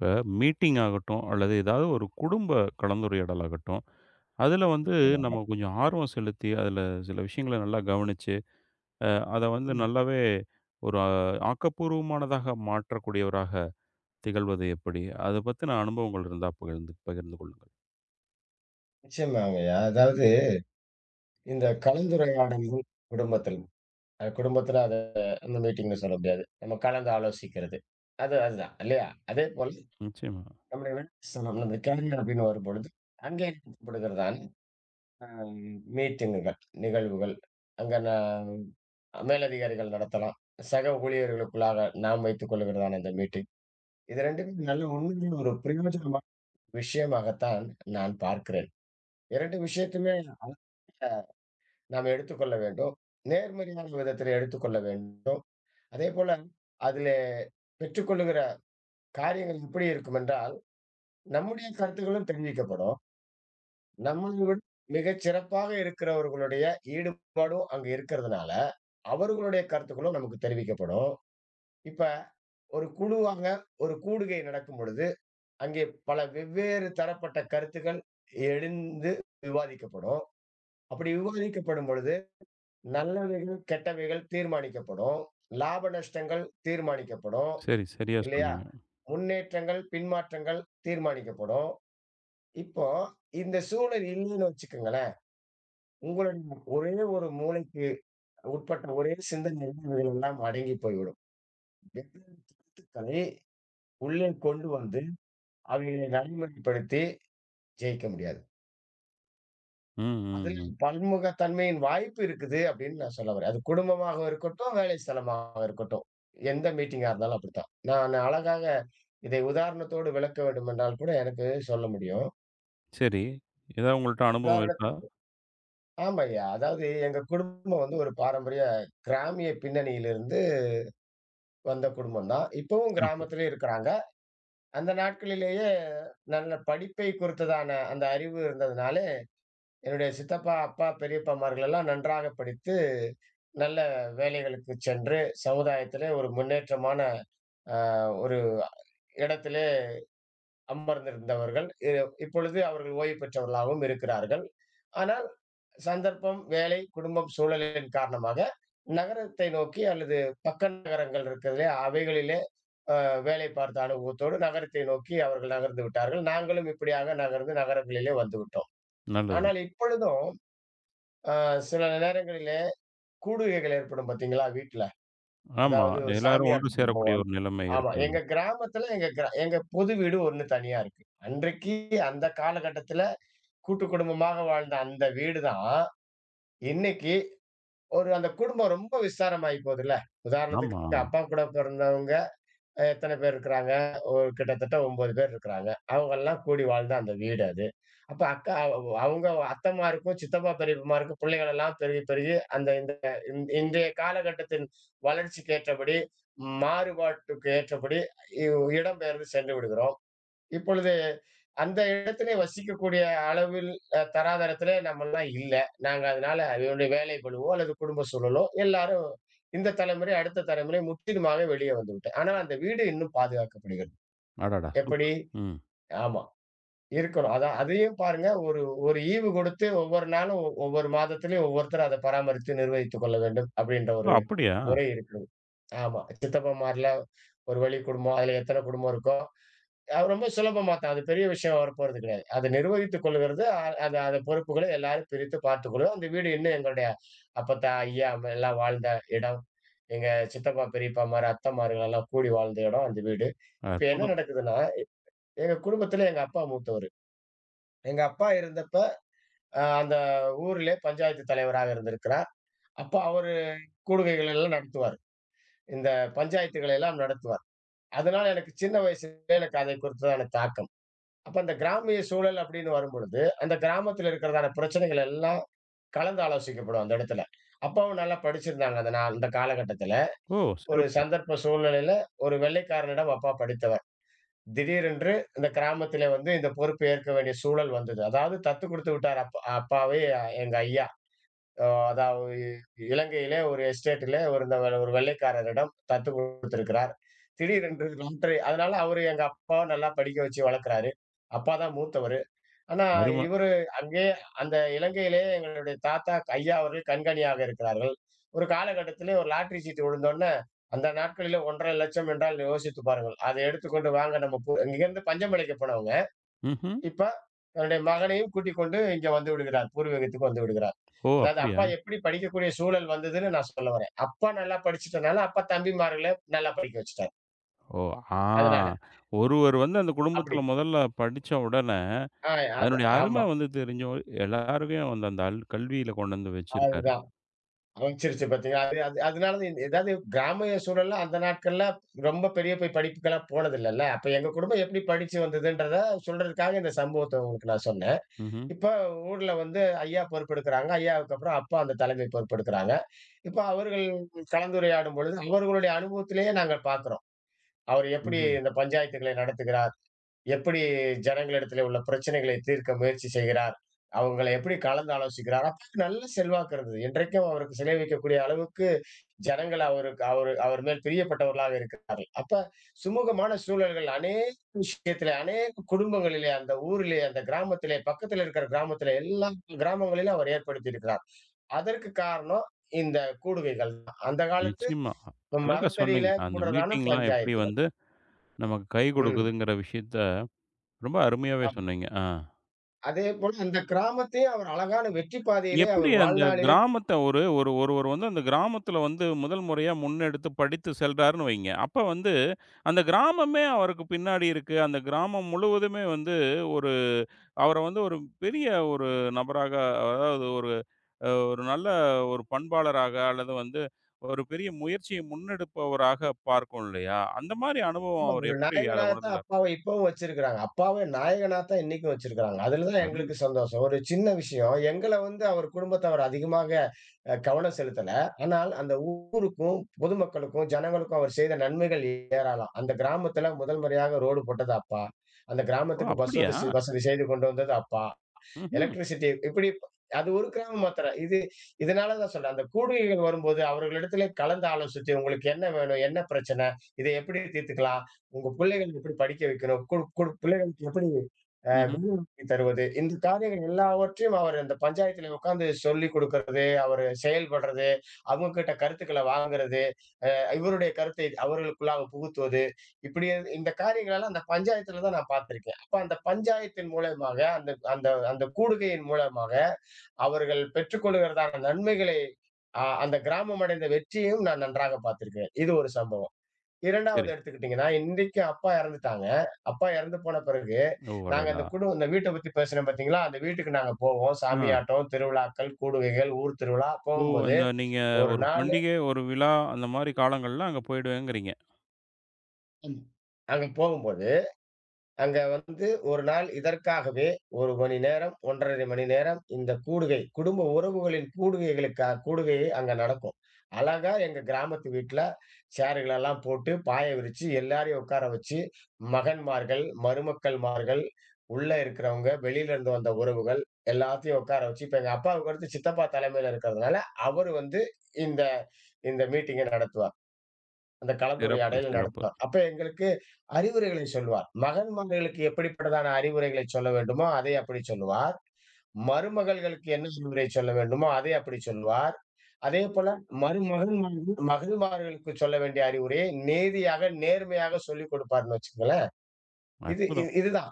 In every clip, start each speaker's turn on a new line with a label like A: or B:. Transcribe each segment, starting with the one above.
A: இப்போ மீட்டிங் ஆகட்டும், அல்லது ஏதாவது ஒரு குடும்ப கலந்துரையாடல் ஆகட்டும், அதில வந்து
B: நிச்சயமாங்க.
A: நம்ம கொஞ்சம் ஆர்வம் செலுத்தி, அதில சில விஷயங்கள நல்லா கவனிச்சு, அ அத வந்து நல்லாவே ஒரு ஆக்கப்பூர்வமானதாக மாற்றக்கூடியவராக திகழ்வது எப்படி? அத பத்தின அனுபவங்கள் இருந்தா பகிர்ந்து பகிர்ந்து கொள்ளுங்கள்.
B: நிச்சயமாங்கய்யா. அதாவது இந்த கலந்துரையாடல்கள் குடும்பத்தில், அ குடும்பத்தில அத அந்த மீட்டிங்ன்னு சொல்ல முடியாது. நம்ம கலந்து ஆலோசிக்கிறது. அதுதான் இல்லையா? அதேபோல
A: நிச்சயமா.
B: நம்முடைய வேலை ஸ்தலம் நம்ம கேரியர் அப்படின்னு வரும்பொழுது, அங்கே நடத்தப்படுகிறதான அ மீட்டிங்குகள், நிகழ்வுகள். அங்க ந மேலதிகாரிகள் நடத்தலாம். சக ஊழியர்களுக்குள்ளாக நாம் வைத்துக் கொள்ளுகிறதான அந்த மீட்டிங். இது 2மே நல்ல உண்மையிலே ஒரு பிரயோஜனமான விஷயமாகத்தான் நான் பார்க்கிறேன். 2 விஷயத்தையுமே நாம் எடுத்துக்கொள்ள வேண்டும். நேர்மறையான விதத்திலே எடுத்துக்கொள்ள வேண்டும். அதேபோல அதிலே பெற்றுக்கொள்ளுகிற காரியங்கள் எப்படி இருக்குமென்றால், நம்முடைய கருத்துக்களும் தெரிவிக்கப்படும். நம்மளை விட மிகச் சிறப்பாக இருக்கிறவர்களுடைய ஈடுபாடும் அங்கு இருக்கிறதுனால, அவர்களுடைய கருத்துக்களும் நமக்கு தெரிவிக்கப்படும். இப்ப ஒரு குழுவாக ஒரு கூடுகை நடக்கும் பொழுது, அங்கே பல வெவ்வேறு தரப்பட்ட கருத்துக்கள் எழுந்து விவாதிக்கப்படும். அப்படி விவாதிக்கப்படும் பொழுது நல்லவைகள், கெட்டவைகள் தீர்மானிக்கப்படும். லாப நஷ்டங்கள் தீர்மானிக்கப்படும்.
A: சரி, சரியா
B: இல்லையா?
A: சொன்னீங்க.
B: முன்னேற்றங்கள், பின்மாற்றங்கள் தீர்மானிக்கப்படும். இப்போ இந்த சூழல் இல்லைன்னு வச்சுக்கங்களேன், உங்களுடைய ஒரே ஒரு மூளைக்கு உட்பட்ட ஒரே சிந்தனையில் இவைகளெல்லாம் அடங்கி போய்விடும். வெவ்வேறு கருத்துக்களை உள்ளே கொண்டு வந்து, அவைகளை நடைமுறைப்படுத்தி ஜெயிக்க முடியாது.
A: ம்,
B: அதில்
A: ம், ம்.
B: பன்முகத்தன்மையின் வாய்ப்பு இருக்குது அப்படின்னு நான் சொல்ல வரேன். அது குடும்பமாக இருக்கட்டும், வேலை ஸ்தலமாக இருக்கட்டும். எந்த மீட்டிங்கா இருந்தாலும் அப்படித்தான். நான் அழகாக இதை உதாரணத்தோடு விளக்க வேண்டுமென்றால் கூட எனக்கு சொல்ல முடியும்.
A: சரி. ஏதாவது உங்கள்ட்ட அனுபவம் இருக்கா?
B: உதாரணத்திற்கு ஆமாய்யா. அதாவது எங்க குடும்பம் வந்து ஒரு பாரம்பரிய கிராமிய பின்னணியிலிருந்து வந்த குடும்பம் தான். இப்பவும்
A: சிறப்பு.
B: கிராமத்திலே இருக்கிறாங்க. அந்த நாட்களிலேயே நல்ல படிப்பை குறித்ததான அந்த அறிவு இருந்ததுனால என்னுடைய சித்தப்பா, அப்பா, பெரியப்பாமார்கள் எல்லாம் நன்றாக படித்து, நல்ல வேலைகளுக்கு சென்று, சமுதாயத்திலே ஒரு முன்னேற்றமான அ ஒரு இடத்திலே அமர்ந்திருந்தவர்கள். இப்பொழுது அவர்கள் ஓய்வு பெற்றவர்களாகவும் இருக்கிறார்கள். ஆனால் சந்தர்ப்பம், வேலை, குடும்பம், சூழலின் காரணமாக நகரத்தை நோக்கி அல்லது பக்க நகரங்கள் இருக்கிறதிலே, அவைகளிலே அ வேலை பார்த்த அனுபவத்தோடு நகரத்தை நோக்கி அவர்கள் நகர்ந்து விட்டார்கள். நாங்களும் இப்படியாக நகர்ந்து நகரங்களிலே வந்துவிட்டோம்.
A: நல்லது.
B: ஆனால் இப்பொழுதும் அ சில நேரங்களிலே கூடுகைகள் ஏற்படும் பார்த்தீங்களா வீட்ல.
A: ஆமா.
B: அதாவது
A: எல்லாரும் ஒன்று
B: சாமியாட்டத்துக்கு போ
A: சேரக்கூடிய ஒரு நிலைமை
B: ஆமா.
A: இருக்கும்.
B: எங்க கிராமத்துல எங்க பொது வீடு ஒண்ணு தனியா இருக்கு. அன்றைக்கு அந்த காலகட்டத்துல கூட்டு குடும்பமாக வாழ்ந்த அந்த வீடு தான், இன்னைக்கு ஒரு அந்த குடும்பம் ரொம்ப விஸ்தாரமாயி போதுல்ல.
A: ஆமா,
B: உதாரணத்துக்கு
A: ஆமா.
B: அப்பா கூட பிறந்தவங்க எத்தன பேர் இருக்கிறாங்க? ஒரு கிட்டத்தட்ட 9 பேர் இருக்கிறாங்க. அவங்கெல்லாம் கூடி வாழ்ந்த அந்த வீடு அது. அப்ப அக்கா அவ் அவங்க அத்தமாருக்கும், சித்தப்பா, பெரியப்பமாருக்கும் பிள்ளைகளெல்லாம் பெருகி, பெருகி இந்த இன்றைய காலகட்டத்தின் வளர்ச்சிக்கு ஏற்றபடி, மாறுபாட்டுக்கு ஏற்றபடி இடம்பெயர்ந்து சென்று விடுகிறோம். இப்பொழுது அந்த இடத்திலே வசிக்கக்கூடிய அளவில் தராதரத்திலே நம்மலாம் இல்ல. நாங்க அதனால அதனுடைய வேலை பளுவோ, அல்லது குடும்ப சூழலோ எல்லாரும் இந்த தலைமுறை, அடுத்த தலைமுறை முற்றிலுமாக வெளியே வந்துவிட்டோம். ஆனா அந்த வீடு இன்னும் பாதுகாக்கப்படுகிறது.
A: அடடா!
B: எப்படி?
A: சூப்பர். ம்.
B: ஆமா. இருக்கணும். அதான் அதையும் பாருங்க ஒரு ஒரு ஈவு கொடுத்து ஒவ்வொரு நாளும் ஒவ்வொரு மாதத்திலயும் ஒவ்வொருத்தரும் அத பராமரித்து நிர்வகித்துக் கொள்ள வேண்டும் அப்படின்ற
A: ஓ!
B: ஒரு
A: அப்படியா?
B: முறை இருக்கிறது. ஆமா. சித்தப்பன்மார்லாம் ஒரு வழி குடும்பம். அதுல எத்தன குடும்பம் இருக்கோ ரொம்ப சுலபமா தான். அது பெரிய விஷயம் வரப்போறது கிடையாது. அத நிர்வகித்துக் கொள்ளுகிறது அத அத பொறுப்புகள எல்லாரும் பிரித்து பார்த்துக்கொள்வோம். அந்த வீடு இன்னும் எங்களுடைய அப்பத்தா, ஐயா அம்மா எல்லாம் வாழ்ந்த இடம். எங்க சித்தப்பா, பெரியப்பாமாரு, அத்தமார்கள் எல்லாம் கூடி வாழ்ந்த இடம் அந்த வீடு. இப்ப என்ன
A: அற்புதம்!
B: நடக்குதுன்னா, எங்க குடும்பத்துல எங்க அப்பா மூத்தவரு. எங்க அப்பா இருந்தப்ப அந்த ஊரிலே பஞ்சாயத்து தலைவராக இருந்திருக்கிறார். அப்ப அவரு கூடுகைகள் எல்லாம் நடத்துவார். இந்த பஞ்சாயத்துகளை எல்லாம் நடத்துவார். அதனால எனக்கு சின்ன வயசுலயே எனக்கு அதை குறித்ததான தாக்கம். அப்ப அந்த கிராமிய சூழல் அப்படின்னு வரும்பொழுது, அந்த கிராமத்துல இருக்கிறதான பிரச்சனைகள் எல்லாம் கலந்து ஆலோசிக்கப்படும் அந்த இடத்துல. அப்பாவும் நல்லா படிச்சிருந்தாங்க அந்த காலகட்டத்துல.
A: ஓ!
B: ஒரு
A: சிறப்பு.
B: சந்தர்ப்ப சூழ்நிலையில ஒரு வெள்ளைக்காரனிடம் அப்பா படித்தவர். திடீரென்று இந்த கிராமத்திலே வந்து இந்த பொறுப்பு ஏற்க வேண்டிய சூழல் வந்தது. அதாவது தத்து குடுத்து விட்டார் அப்பாவே எங்க ஐயா. அதாவது இலங்கையிலே ஒரு எஸ்டேட்டிலே ஒரு இந்த ஒரு வெள்ளைக்காரரிடம் தத்து குடுத்திருக்கிறார். திடீரென்று லாட்டரி அதனால அவரு எங்க அப்பாவ நல்லா படிக்க வச்சு வளர்க்கிறாரு. அப்பா தான் மூத்தவரு. ஆனா,
A: அரும.
B: இவரு அங்கேயே அந்த இலங்கையிலே எங்களுடைய தாத்தா ஐயா அவர்கள் கண்காணியாக இருக்கிறார்கள். ஒரு காலகட்டத்திலே ஒரு லாட்டரி சீட்டு விழுந்தோன்னே, அந்த நாட்களிலே 1,50,000 என்றால் யோசித்து பாருங்கள். அதை எடுத்துக்கொண்டு வாங்க நம்ம போ இங்கேருந்து பஞ்சமலைக்கு போனவங்க,
A: ம்ஹ்ம்.
B: இப்ப தன்னுடைய மகனையும் கூட்டிக் கொண்டு இங்க வந்து விடுகிறார். பூர்வீகத்துக்கு வந்து விடுகிறார்.
A: ஓ!
B: அதாவது
A: அப்படியா?
B: அப்பா எப்படி படிக்கக்கூடிய சூழல் வந்ததுன்னு நான் சொல்ல வரேன். அப்பா நல்லா படிச்சுட்டனால, அப்பா தம்பிமார்கள நல்லா படிக்க வச்சுட்டாரு.
A: ஓ! ஆ,
B: அதனால,
A: ஒருவர் வந்து அந்த
B: அப்படி.
A: குடும்பத்தில முதல்ல படிச்ச உடனே,
B: ஆ அது
A: அதனுடைய
B: ஆமா.
A: அரும வந்து தெரிஞ்சும், எல்லாருக்கும் வந்து அந்த கல்வியில கொண்டு வந்து வச்சிருக்காரு.
B: அதுதான். அமைச்சிருச்சு பார்த்தீங்களா? அது அது அதனால தான் இந்த- ஏதாவது கிராமிய சூழல்ல அந்த நாட்கள்ல ரொம்ப பெரிய போய் படிப்புக்கெல்லாம் போனதில்லல்ல. அப்ப எங்க குடும்பம் எப்படி படிச்சு வந்ததுன்றத சொல்றதுக்காக இந்த சம்பவத்த உங்களுக்கு நான் சொன்னேன்.
A: ம்ஹ்ம்.
B: இப்ப ஊர்ல வந்து ஐயா பொறுப்பெடுக்குறாங்க. ஐயாவுக்கு அப்புறம் அப்பா அந்த தலைமை பொறுப்பெடுக்குறாங்க. இப்ப அவர்கள் கலந்துரையாடும் பொழுது, அவர்களுடைய அனுபவத்திலேயே நாங்க பார்க்கிறோம். அவர் எப்படி
A: ம்ஹ்ம்.
B: இந்த பஞ்சாயத்துகளை நடத்துகிறார்? எப்படி ஜனங்களிடத்திலே உள்ள பிரச்சனைகளை தீர்க்க முயற்சி செய்கிறார்? அவங்கள எப்படி கலந்து ஆலோசிக்கிறார்? அப்ப நல்ல செல்வாக்கு இருந்தது. இன்றைக்கும் அவருக்கு சிலை வைக்கக்கூடிய அளவுக்கு ஜனங்கள் அவருக்கு அவரு அவர் மேல் பிரியப்பட்டவர்களாக இருக்கிறார்கள். அப்ப சுமூகமான சூழல்கள் அநேக விஷயத்திலே, அநேக குடும்பங்களிலே, அந்த ஊரிலே, அந்த கிராமத்திலே, பக்கத்தில இருக்கிற கிராமத்திலே, எல்லா கிராமங்களிலும் அவர் ஏற்படுத்தி இருக்கிறார். அதற்கு காரணம் இந்த கூடுகைகள் தான். அந்த காலத்து
A: நிச்சயமா. அழகா
B: மரத்தடியில
A: சொன்னீங்க. அந்த
B: கூடுறதான
A: மீட்டிங்லாம் எப்படி
B: பஞ்சாயத்துகள்.
A: வந்து நமக்கு கை
B: ம்.
A: கொடுக்குதுங்கிற விஷயத்த ரொம்ப அருமையாவே
B: ஆமா.
A: சொன்னீங்க. ஆ.
B: அதேபோல அந்த கிராமத்தையும் அவர் அழகான வெற்றி பாதையிலே
A: எப்படி
B: அவர்
A: அந்த
B: வாழ்நாளிலே
A: கிராமத்த ஒரு ஒரு ஒருவர் வந்து அந்த கிராமத்துல வந்து முதல் முறையா முன்னெடுத்து படித்து செல்றாருன்னு வைங்க. அப்ப வந்து அந்த கிராமமே அவருக்கு பின்னாடி இருக்கு. அந்த கிராமம் முழுவதுமே வந்து ஒரு அவர வந்து ஒரு பெரிய ஒரு நபராக, அதாவது ஒரு நல்ல ஒரு பண்பாளராக, அல்லது வந்து ஒரு பெரிய முயற்சியை முன்னெடுப்பவராக பார்க்கும் இல்லையா? அந்த மாரி அனுபவம்
B: ஆமா.
A: அவர்
B: ஒரு
A: எப்படி அத
B: நாயகனாகத்தான்
A: உணர்ந்தார்?
B: அப்பாவ இப்பவும் வச்சிருக்கிறாங்க. அப்பாவ நாயகனாத்தான் இன்னைக்கும் வச்சிருக்கிறாங்க. அதுல தான்
A: அரும.
B: எங்களுக்கு சந்தோஷம். ஒரு சின்ன விஷயம். எங்கள வந்து அவர் குடும்பத்தவர் அதிகமாக கவனம் செலுத்தல. ஆனால் அந்த ஊருக்கும், பொதுமக்களுக்கும், ஜனங்களுக்கும் அவர் செய்த நன்மைகள் ஏராளம். அந்த கிராமத்துல முதல் முறையாக ரோடு போட்டது அப்பா. அந்த
A: ஓ!
B: கிராமத்துக்கு பஸ்
A: அப்படியா?
B: வசதி செய்து கொண்டு வந்தது அப்பா.
A: ம்ஹ்ம்.
B: எலக்ட்ரிசிட்டி இப்படி அது ஒரு கிராம் மாத்திரம். இதனால தான் சொல்றேன். அந்த கூடுகைகள் வரும்போது அவர்களிடத்திலே கலந்து ஆலோசித்து, உங்களுக்கு என்ன வேணும்? என்ன பிரச்சனை? இதை எப்படி தீர்த்துக்கலாம்? உங்க பிள்ளைகள் எப்படி படிக்க வைக்கணும்? கு கு பிள்ளைகளுக்கு எப்படி
A: ம்ஹ்ம்.
B: வேலைவாய்ப்பு தருவது? இந்த காரியங்கள் எல்லாவற்றையும் அவர் அந்த பஞ்சாயத்தில உட்கார்ந்து சொல்லிக் குடுக்கிறது, அவரு செயல்படுறது, அவங்க கிட்ட கருத்துக்கள வாங்குறது. இவருடைய கருத்தை அவர்களுக்குள்ளாக புகுத்துவது, இப்படி இந்த காரியங்களெல்லாம் அந்த பஞ்சாயத்துல தான் நான் பார்த்திருக்கேன். அப்ப அந்த பஞ்சாயத்தின் மூலியமாக, அந்த அந்த அந்த கூடுகையின் மூலமாக அவர்கள் பெற்றுக்கொள்கிறதான நன்மைகளை, அந்த கிராமம் அடைந்த வெற்றியையும் நான் நன்றாக பார்த்திருக்கிறேன். இது ஒரு சம்பவம். 2வது
A: சரி.
B: எடுத்துக்கிட்டீங்கன்னா, இன்னைக்கு அப்பா இறந்துட்டாங்க. அப்பா இறந்து போன பிறகு,
A: ஓ!
B: நாங்க அந்த
A: அடடா!
B: குடு இந்த வீட்ட பத்தி பேசினேன் பார்த்தீங்களா? அந்த வீட்டுக்கு நாங்க போவோம்.
A: அ.
B: சாமியாட்டம், திருவிழாக்கள், கூடுகைகள், ஊர் திருவிழா
A: ஓ!
B: போகும்போது,
A: நீங்க
B: ஒரு
A: ஒரு
B: நாளு
A: பண்டிகை, ஒரு விழா அந்த மாரி காலங்கள்ல அங்க போயிடுவேங்கிறீங்க.
B: ஆமா. அங்க போகும்போது அங்க வந்து ஒரு நாள் இதற்காகவே 1 மணி நேரம், 1 1/2 மணி நேரம் இந்த கூடுகை, குடும்ப உறவுகளின் கூடுகைகளுக்கா கூடுகையை அங்க நடக்கும். அழகா எங்க கிராமத்து வீட்ல சேர்களெல்லாம் போட்டு, பாய விரிச்சு, எல்லாரையும் உட்கார வச்சு, மகன்மார்கள், மருமக்கள்மார்கள், உள்ள இருக்கிறவங்க, வெளியில இருந்து வந்த உறவுகள் எல்லாத்தையும் உட்கார வச்சு, இப்ப எங்க அப்பாவுக்கு அடுத்து சித்தப்பா தலைமையில இருக்கிறதுனால, அவரு வந்து இந்த இந்த மீட்டிங்க நடத்துவார். அந்த
A: சிறப்பு,
B: கலந்துரையாடலை
A: சிறப்பு.
B: நடத்துவார். அப்ப எங்களுக்கு அறிவுரைகளை சொல்லுவார். மகன்மார்களுக்கு எப்படிப்பட்டதான அறிவுரைகளை சொல்ல வேண்டுமோ, அதை அப்படி சொல்லுவார். மருமகள்களுக்கு என்ன அறிவுரை சொல்ல வேண்டுமோ, அதை அப்படி சொல்லுவார். அதேபோல மருமகன்மார்கள் மகள்மார்களுக்கு சொல்ல வேண்டிய அறிவுரையை நேதியாக, நேர்மையாக சொல்லிக் கொடுப்பார்ன்னு வச்சுக்கங்களேன். இது இது
A: அற்புதம்.
B: இதுதான்.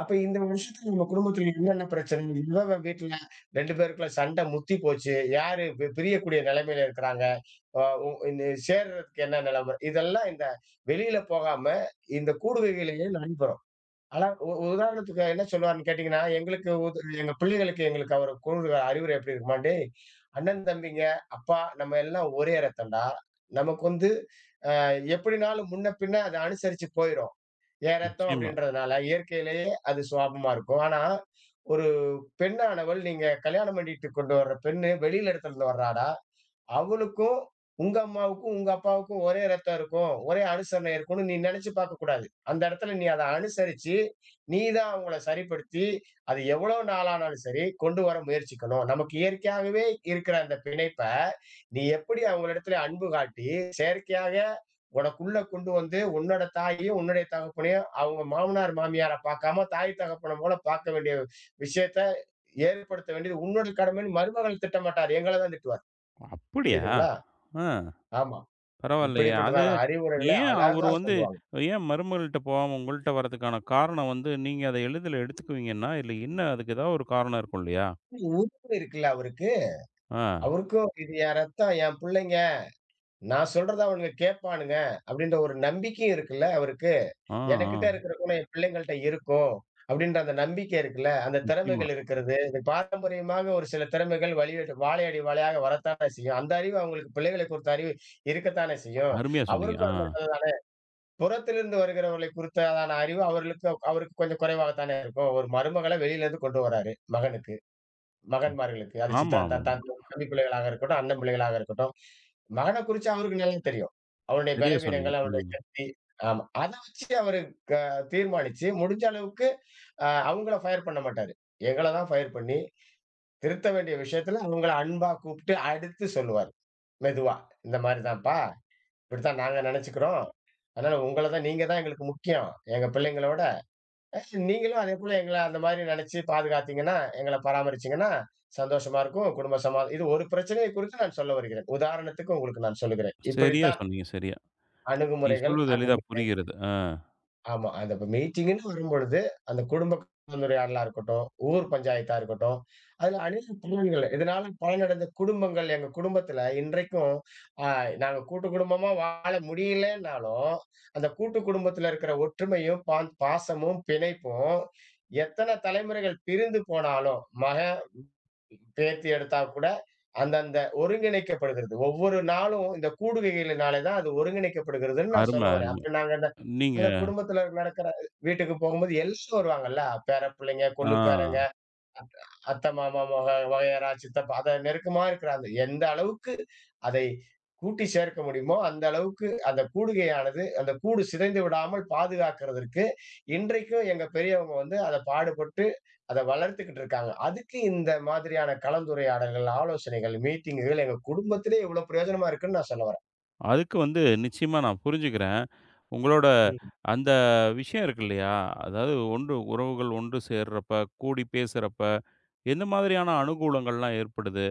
B: அப்ப இந்த வருஷத்துல நம்ம குடும்பத்துல என்னென்ன பிரச்சனை? இவ இவ வீட்ல 2 பேருக்குள்ள சண்டை முத்தி போச்சு. யாரு பிரியக்கூடிய நிலைமையில இருக்கிறாங்க? அ உ இந்த சேர்றதுக்கு என்ன நிலைமை? இதெல்லாம் இந்த வெளியில போகாம, இந்த கூடுகைகளையே நண்பரும். ஆனா உதாரணத்துக்கு என்ன சொல்லுவாருன்னு கேட்டீங்கன்னா, எங்களுக்கு எங்க பிள்ளைகளுக்கு எங்களுக்கு அவரு கூறுகிற அறிவுரை எப்படி இருக்குமா, "டேய்! அண்ணன், தம்பிங்க, அப்பா நம்ம எல்லாம் ஒரே ரத்தம்டா. நமக்கு வந்து அ எப்படினாலும் முன்ன பின்ன அத அனுசரிச்சு போயிரும். என் ரத்தம்
A: நிச்சயமா.
B: அப்படின்றதுனால, இயற்கையிலேயே அது சுபாவமா இருக்கும். ஆனா, ஒரு பெண்ணானவள் நீங்க கல்யாணம் பண்ணிட்டு கொண்டு வர்ற பெண்ணு வெளியில இடத்துலருந்து வர்றாடா. அவளுக்கும் உங்க அம்மாவுக்கும், உங்க அப்பாவுக்கும் ஒரே ரத்தம் இருக்கும். ஒரே அனுசரணை இருக்கும்னு நீ நினைச்சு பார்க்கக்கூடாது. அந்த இடத்துல நீ அத அனுசரிச்சு, நீ தான் அவங்கள சரிப்படுத்தி, அது எவ்வளோ நாளானாலும் சரி கொண்டு வர முயற்சிக்கணும். நமக்கு இயற்கையாகவே இருக்கிற அந்த பிணைப்ப, நீ எப்படி அவங்களிடத்துல அன்பு காட்டி, செயற்கையாக உனக்குள்ள கொண்டு வந்து உன்னோட தாயையும், உன்னுடைய தகப்பனையும் அவங்க மாமனார், மாமியார பார்க்காம தாய் தகப்பன போல பார்க்க வேண்டிய விஷயத்த ஏற்படுத்த வேண்டியது உன்னோட கடமைன்னு மருமகள் திட்டமாட்டாரு. எங்கள தான் திட்டுவார்.
A: அப்படியா?
B: புரியுதுங்களா?
A: ஆ,
B: ஆமா.
A: பரவாயில்லையே. அது,
B: இப்படிப்பட்டதான அறிவுரைகளை
A: ஏன் அவரு
B: அழகா
A: வந்து,
B: சொல்லுவாங்க.
A: ஏன் மருமகள்ட்ட போகாம உங்கள்ட்ட வர்றதுக்கான காரணம் வந்து, நீங்க அத எளிதில எடுத்துக்குவீங்கன்னா, இல்ல என்ன அதுக்கு ஏதாவது ஒரு காரணம் இருக்கும் இல்லையா?
B: உரிமை இருக்குல்ல அவருக்கு.
A: ஆ,
B: அவருக்கும் இது என் ரத்தம், என் புள்ளைங்க. நான் சொல்றத அவனுங்க கேட்பானுங்க. அப்படின்ற ஒரு நம்பிக்கையும் இருக்குல்ல அவருக்கு.
A: ஆ,
B: எனக்கிட்ட
A: ஆ.
B: இருக்கிற குணம் என் பிள்ளைங்கள்ட்ட இருக்கும். அப்படின்ற அந்த நம்பிக்கை இருக்குல்ல. அந்த
A: நிச்சயமா.
B: திறமைகள் இருக்கிறது. இது பாரம்பரியமாக ஒரு சில திறமைகள் வழியடி வாழையடி வாழையாக வரத்தானே செய்யும். அந்த அறிவு அவங்களுக்கு பிள்ளைகளை குறித்த அறிவு இருக்கத்தானே செய்யும்.
A: அருமையா சொன்னீங்க. ஆ.
B: அவருக்கும் புறத்திலிருந்து வருகிறவர்களை குறித்ததான அறிவு அவருக்கு கொஞ்சம் குறைவாகத்தானே இருக்கும். ஒரு மருமகள வெளியிலேருந்து கொண்டு வராரு, மகனுக்கு. மகன்மார்களுக்கு. அது சித்தா
A: ஆமா, ஆமாமா.
B: தான் தான் தம்பி பிள்ளைகளாக இருக்கட்டும், அண்ணன் பிள்ளைகளாக இருக்கட்டும். மகன குறிச்சு அவருக்கு நல்லா தெரியும். அவனுடைய
A: சரியா சொன்னீங்க.
B: பலவீனங்கள், அவனுடைய
A: ம்.
B: சக்தி. ஆமா. அத வச்சு அவரு க தீர்மானிச்சு, முடிஞ்ச அளவுக்கு அவங்கள ஃபயர் பண்ண மாட்டாரு. எங்கள தான் ஃபயர் பண்ணி, திருத்த வேண்டிய விஷயத்துல அவங்கள அன்பா கூப்பிட்டு அடுத்து சொல்லுவாரு. மெதுவா. இந்த மாரி தான்ப்பா. இப்படித்தான் நாங்க நெனச்சுக்கிறோம். அதனால உங்கள தான் நீங்க தான் எங்களுக்கு முக்கியம். எங்க பிள்ளைங்களோட, நீங்களும் அதேபோல எங்கள அந்த மாரி நெனச்சு பாதுகாத்தீங்கன்னா, எங்கள பராமரிச்சீங்கன்னா, சந்தோஷமா இருக்கும். குடும்ப சமா இது ஒரு பிரச்சனையை குறித்து நான் சொல்ல வருகிறேன். உதாரணத்துக்கு உங்களுக்கு நான் சொல்லுகிறேன்.
A: சரியா
B: இப்படித்தான்
A: சொன்னீங்க, சரியா. நீங்க
B: அணுகுமுறைகள்
A: சொல்வது
B: அந்த
A: எளிதா புரிகிறது. ஆ.
B: ஆமா. அந்த இப்ப மீட்டிங்குன்னு வரும்பொழுது, அந்த குடும்ப கலந்துரையாடலா இருக்கட்டும், ஊர் பஞ்சாயத்தா இருக்கட்டும், அதுல அநேக குடும்பங்கள் இதனால பலனடைந்த குடும்பங்கள் எங்க குடும்பத்துல இன்றைக்கும் அ நாங்க கூட்டு குடும்பமா வாழ முடியலன்னாலும், அந்த கூட்டு குடும்பத்துல இருக்கிற ஒற்றுமையும், பாசமும், பிணைப்பும் எத்தன தலைமுறைகள் பிரிந்து போனாலும், மகன் பேத்தி எடுத்தா கூட அந்தந்த ஒருங்கிணைக்கப்படுகிறது. ஒவ்வொரு நாளும் இந்த கூடுகைகளினாலே தான் அது ஒருங்கிணைக்கப்படுகிறதுன்னு நான்
A: அரும,
B: சொல்ல வரேன்.
A: அரும.
B: அப்ப நாங்க அந்த
A: நீங்க
B: அந்த குடும்பத்துல நடக்கிற வீட்டுக்கு போகும்போது எல்லாரும் வருவாங்கல்ல. பேர பிள்ளைங்க,
A: ஆ.
B: கொள்ளு பேரங்க அத்தை மாமா வகையறா சித்தப்பா அத நெருக்கமா இருக்கிற அந்த எந்த அளவுக்கு அதை கூட்டி சேர்க்க முடியுமோ அந்த அளவுக்கு அந்த கூடுகையானது அந்த கூடு சிதைந்து விடாமல் பாதுகாக்கிறதற்கு இன்றைக்கும் எங்க பெரியவங்க வந்து அதை பாடுபட்டு அதை வளர்த்துக்கிட்டு இருக்காங்க அதுக்கு இந்த மாதிரியான கலந்துரையாடல்கள் ஆலோசனைகள் மீட்டிங்குகள் எங்க குடும்பத்திலே இவ்வளவு பிரயோஜனமா இருக்குன்னு நான் சொல்ல வரேன்
A: அதுக்கு வந்து நிச்சயமா நான் புரிஞ்சுக்கிறேன். உங்களோட
B: ம்,
A: அந்த விஷயம் இருக்கு இல்லையா? அதாவது, ஒன்று உறவுகள் ஒன்று சேர்றப்ப, கூடி பேசுறப்ப, எந்த மாதிரியான அனுகூலங்கள்லாம் ஏற்படுது?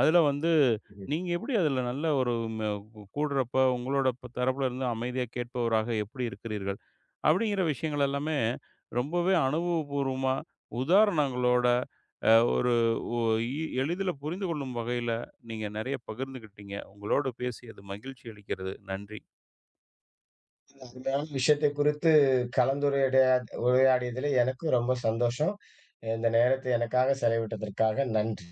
A: அதில வந்து
B: ம்.
A: நீங்க எப்படி அதில நல்ல ம கூடுறப்ப, உங்களோட தரப்புல இருந்து அமைதியா கேட்பவராக எப்படி இருக்கிறீர்கள்? அப்படிங்கிற விஷயங்கள் எல்லாமே ரொம்பவே அனுபவபூர்வமா, உதாரணங்களோட, அ ஒரு ஒ இ எளிதில புரிந்து கொள்ளும் வகையில நீங்க நெறைய பகிர்ந்துக்கிட்டீங்க. உங்களோடு பேசியது மகிழ்ச்சி அளிக்கிறது. நன்றி.
B: இந்த அருமையான விஷயத்தை குறித்து கலந்துரையாடிய உரையாடியதுல எனக்கும் ரொம்ப சந்தோஷம் இந்த நேரத்தை எனக்காக செலவிட்டதற்காக நன்றி